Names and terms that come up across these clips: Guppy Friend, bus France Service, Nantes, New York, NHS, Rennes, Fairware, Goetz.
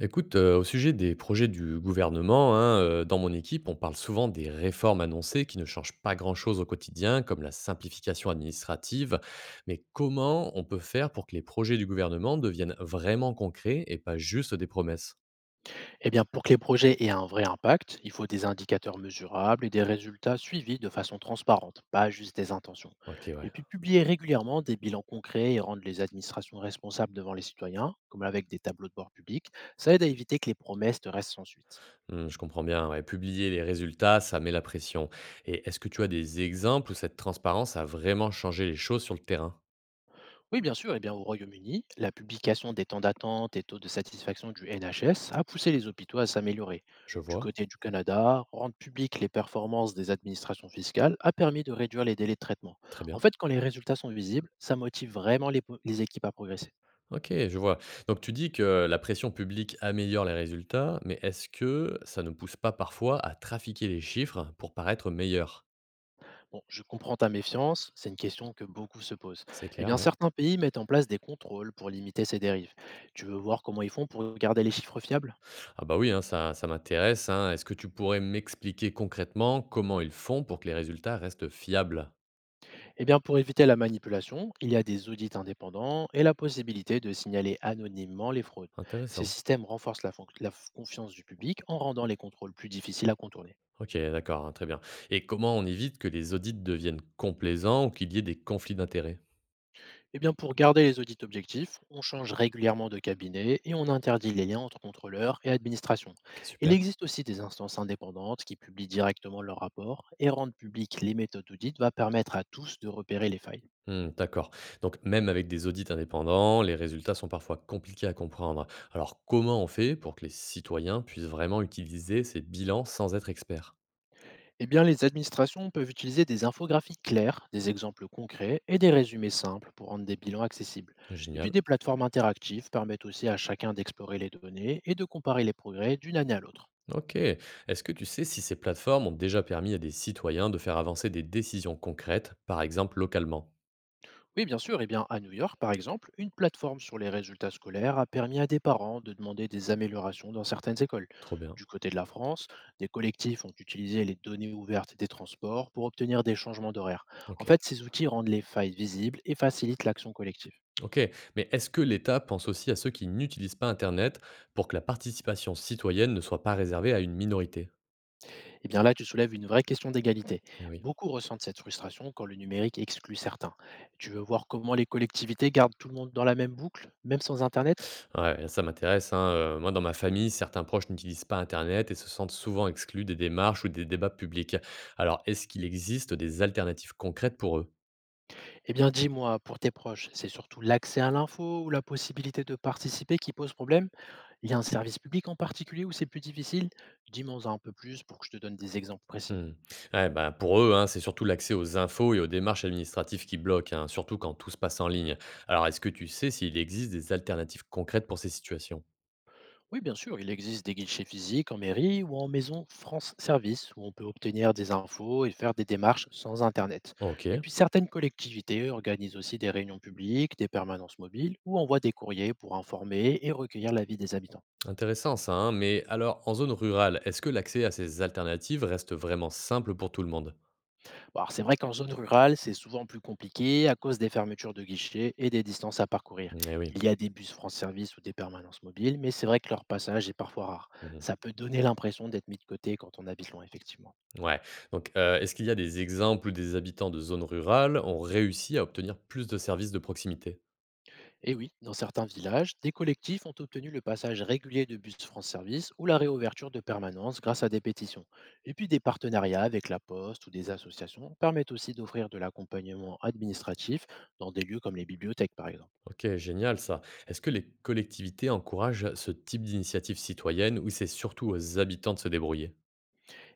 Écoute, au sujet des projets du gouvernement, hein, dans mon équipe, on parle souvent des réformes annoncées qui ne changent pas grand-chose au quotidien, comme la simplification administrative. Mais comment on peut faire pour que les projets du gouvernement deviennent vraiment concrets et pas juste des promesses? Eh bien, pour que les projets aient un vrai impact, il faut des indicateurs mesurables et des résultats suivis de façon transparente, pas juste des intentions. Ok, Et ouais. puis, publier régulièrement des bilans concrets et rendre les administrations responsables devant les citoyens, comme avec des tableaux de bord publics, ça aide à éviter que les promesses ne restent sans suite. Hmm, je comprends bien. Ouais. Publier les résultats, ça met la pression. Et est-ce que tu as des exemples où cette transparence a vraiment changé les choses sur le terrain? Oui, bien sûr. Eh bien, au Royaume-Uni, la publication des temps d'attente et taux de satisfaction du NHS a poussé les hôpitaux à s'améliorer. Je Du vois. côté du Canada, rendre publiques les performances des administrations fiscales a permis de réduire les délais de traitement. Très En bien. fait, quand les résultats sont visibles, ça motive vraiment les équipes à progresser. OK, je vois. Donc tu dis que la pression publique améliore les résultats, mais est-ce que ça ne pousse pas parfois à trafiquer les chiffres pour paraître meilleur? Bon, je comprends ta méfiance, c'est une question que beaucoup se posent. C'est Eh clair, bien, ouais. certains pays mettent en place des contrôles pour limiter ces dérives. Tu veux voir comment ils font pour garder les chiffres fiables? Ah bah oui, hein, ça m'intéresse, hein. Est-ce que tu pourrais m'expliquer concrètement comment ils font pour que les résultats restent fiables? Eh bien, pour éviter la manipulation, il y a des audits indépendants et la possibilité de signaler anonymement les fraudes. Ces Intéressant. systèmes renforcent la confiance du public en rendant les contrôles plus difficiles à contourner. Ok, d'accord, hein, très bien. Et comment on évite que les audits deviennent complaisants ou qu'il y ait des conflits d'intérêts? Eh bien, pour garder les audits objectifs, on change régulièrement de cabinet et on interdit les liens entre contrôleurs et administration. Ok, Il super. existe aussi des instances indépendantes qui publient directement leurs rapports et rendre publiques les méthodes d'audit va permettre à tous de repérer les failles. Mmh, d'accord. Donc même avec des audits indépendants, les résultats sont parfois compliqués à comprendre. Alors comment on fait pour que les citoyens puissent vraiment utiliser ces bilans sans être experts? Eh bien, les administrations peuvent utiliser des infographies claires, des exemples concrets et des résumés simples pour rendre des bilans accessibles. Et puis, Génial. des plateformes interactives permettent aussi à chacun d'explorer les données et de comparer les progrès d'une année à l'autre. Ok. Est-ce que tu sais si ces plateformes ont déjà permis à des citoyens de faire avancer des décisions concrètes, par exemple localement? Oui, bien sûr, eh bien, à New York, par exemple, une plateforme sur les résultats scolaires a permis à des parents de demander des améliorations dans certaines écoles. Trop bien. Du côté de la France, des collectifs ont utilisé les données ouvertes des transports pour obtenir des changements d'horaire. En Ok. fait, ces outils rendent les failles visibles et facilitent l'action collective. Ok. Mais est-ce que l'État pense aussi à ceux qui n'utilisent pas Internet pour que la participation citoyenne ne soit pas réservée à une minorité? Eh bien là, tu soulèves une vraie question d'égalité. Eh oui. Beaucoup ressentent cette frustration quand le numérique exclut certains. Tu veux voir comment les collectivités gardent tout le monde dans la même boucle, même sans Internet? Ouais, ça m'intéresse, hein, moi, dans ma famille, certains proches n'utilisent pas internet et se sentent souvent exclus des démarches ou des débats publics. Alors, est-ce qu'il existe des alternatives concrètes pour eux? Eh bien dis-moi, pour tes proches, c'est surtout l'accès à l'info ou la possibilité de participer qui pose problème? Il y a un service public en particulier où c'est plus difficile? Dis-moi un peu plus pour que je te donne des exemples précis. Mmh. Ouais, bah, pour eux, hein, c'est surtout l'accès aux infos et aux démarches administratives qui bloquent, hein, surtout quand tout se passe en ligne. Alors, est-ce que tu sais s'il existe des alternatives concrètes pour ces situations? Oui, bien sûr, il existe des guichets physiques en mairie ou en maison France Service où on peut obtenir des infos et faire des démarches sans Internet. Et OK, puis certaines collectivités organisent aussi des réunions publiques, des permanences mobiles ou envoient des courriers pour informer et recueillir l'avis des habitants. intéressant ça, hein, mais alors, en zone rurale, est-ce que l'accès à ces alternatives reste vraiment simple pour tout le monde? Bon, alors c'est vrai qu'en zone rurale, c'est souvent plus compliqué à cause des fermetures de guichets et des distances à parcourir. Eh Il oui. y a des bus France Service ou des permanences mobiles, mais c'est vrai que leur passage est parfois rare. Mmh. Ça peut donner l'impression d'être mis de côté quand on habite loin, effectivement. Ouais, donc est-ce qu'il y a des exemples où des habitants de zones rurales ont réussi à obtenir plus de services de proximité? Et oui, dans certains villages, des collectifs ont obtenu le passage régulier de bus France Service ou la réouverture de permanences grâce à des pétitions. Et puis des partenariats avec la poste ou des associations permettent aussi d'offrir de l'accompagnement administratif dans des lieux comme les bibliothèques par exemple. OK, génial ça. Est-ce que les collectivités encouragent ce type d'initiative citoyenne ou c'est surtout aux habitants de se débrouiller?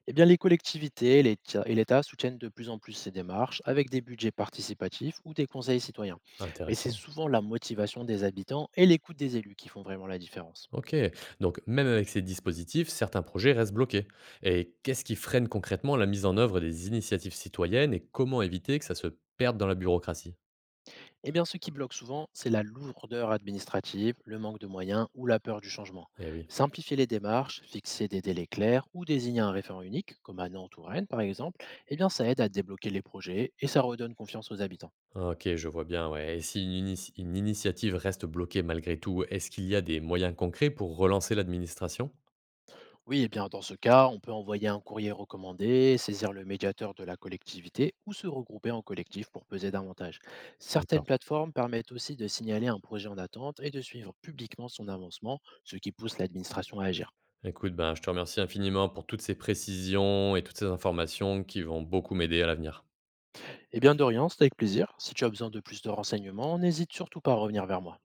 Eh bien les collectivités et l'État soutiennent de plus en plus ces démarches avec des budgets participatifs ou des conseils citoyens. Mais c'est Intéressant. souvent la motivation des habitants et l'écoute des élus qui font vraiment la différence. OK, donc même avec ces dispositifs, certains projets restent bloqués. Et qu'est-ce qui freine concrètement la mise en œuvre des initiatives citoyennes et comment éviter que ça se perde dans la bureaucratie? Eh bien, ce qui bloque souvent, c'est la lourdeur administrative, le manque de moyens ou la peur du changement. Eh oui. Simplifier les démarches, fixer des délais clairs ou désigner un référent unique, comme à Nantes ou Rennes par exemple, eh bien, ça aide à débloquer les projets et ça redonne confiance aux habitants. OK, je vois bien, ouais. Et si une, une initiative reste bloquée malgré tout, est-ce qu'il y a des moyens concrets pour relancer l'administration? Oui, eh bien, dans ce cas, on peut envoyer un courrier recommandé, saisir le médiateur de la collectivité ou se regrouper en collectif pour peser davantage. Certaines D'accord. plateformes permettent aussi de signaler un projet en attente et de suivre publiquement son avancement, ce qui pousse l'administration à agir. Écoute, ben, je te remercie infiniment pour toutes ces précisions et toutes ces informations qui vont beaucoup m'aider à l'avenir. Eh bien, de rien, c'était avec plaisir. Si tu as besoin de plus de renseignements, n'hésite surtout pas à revenir vers moi.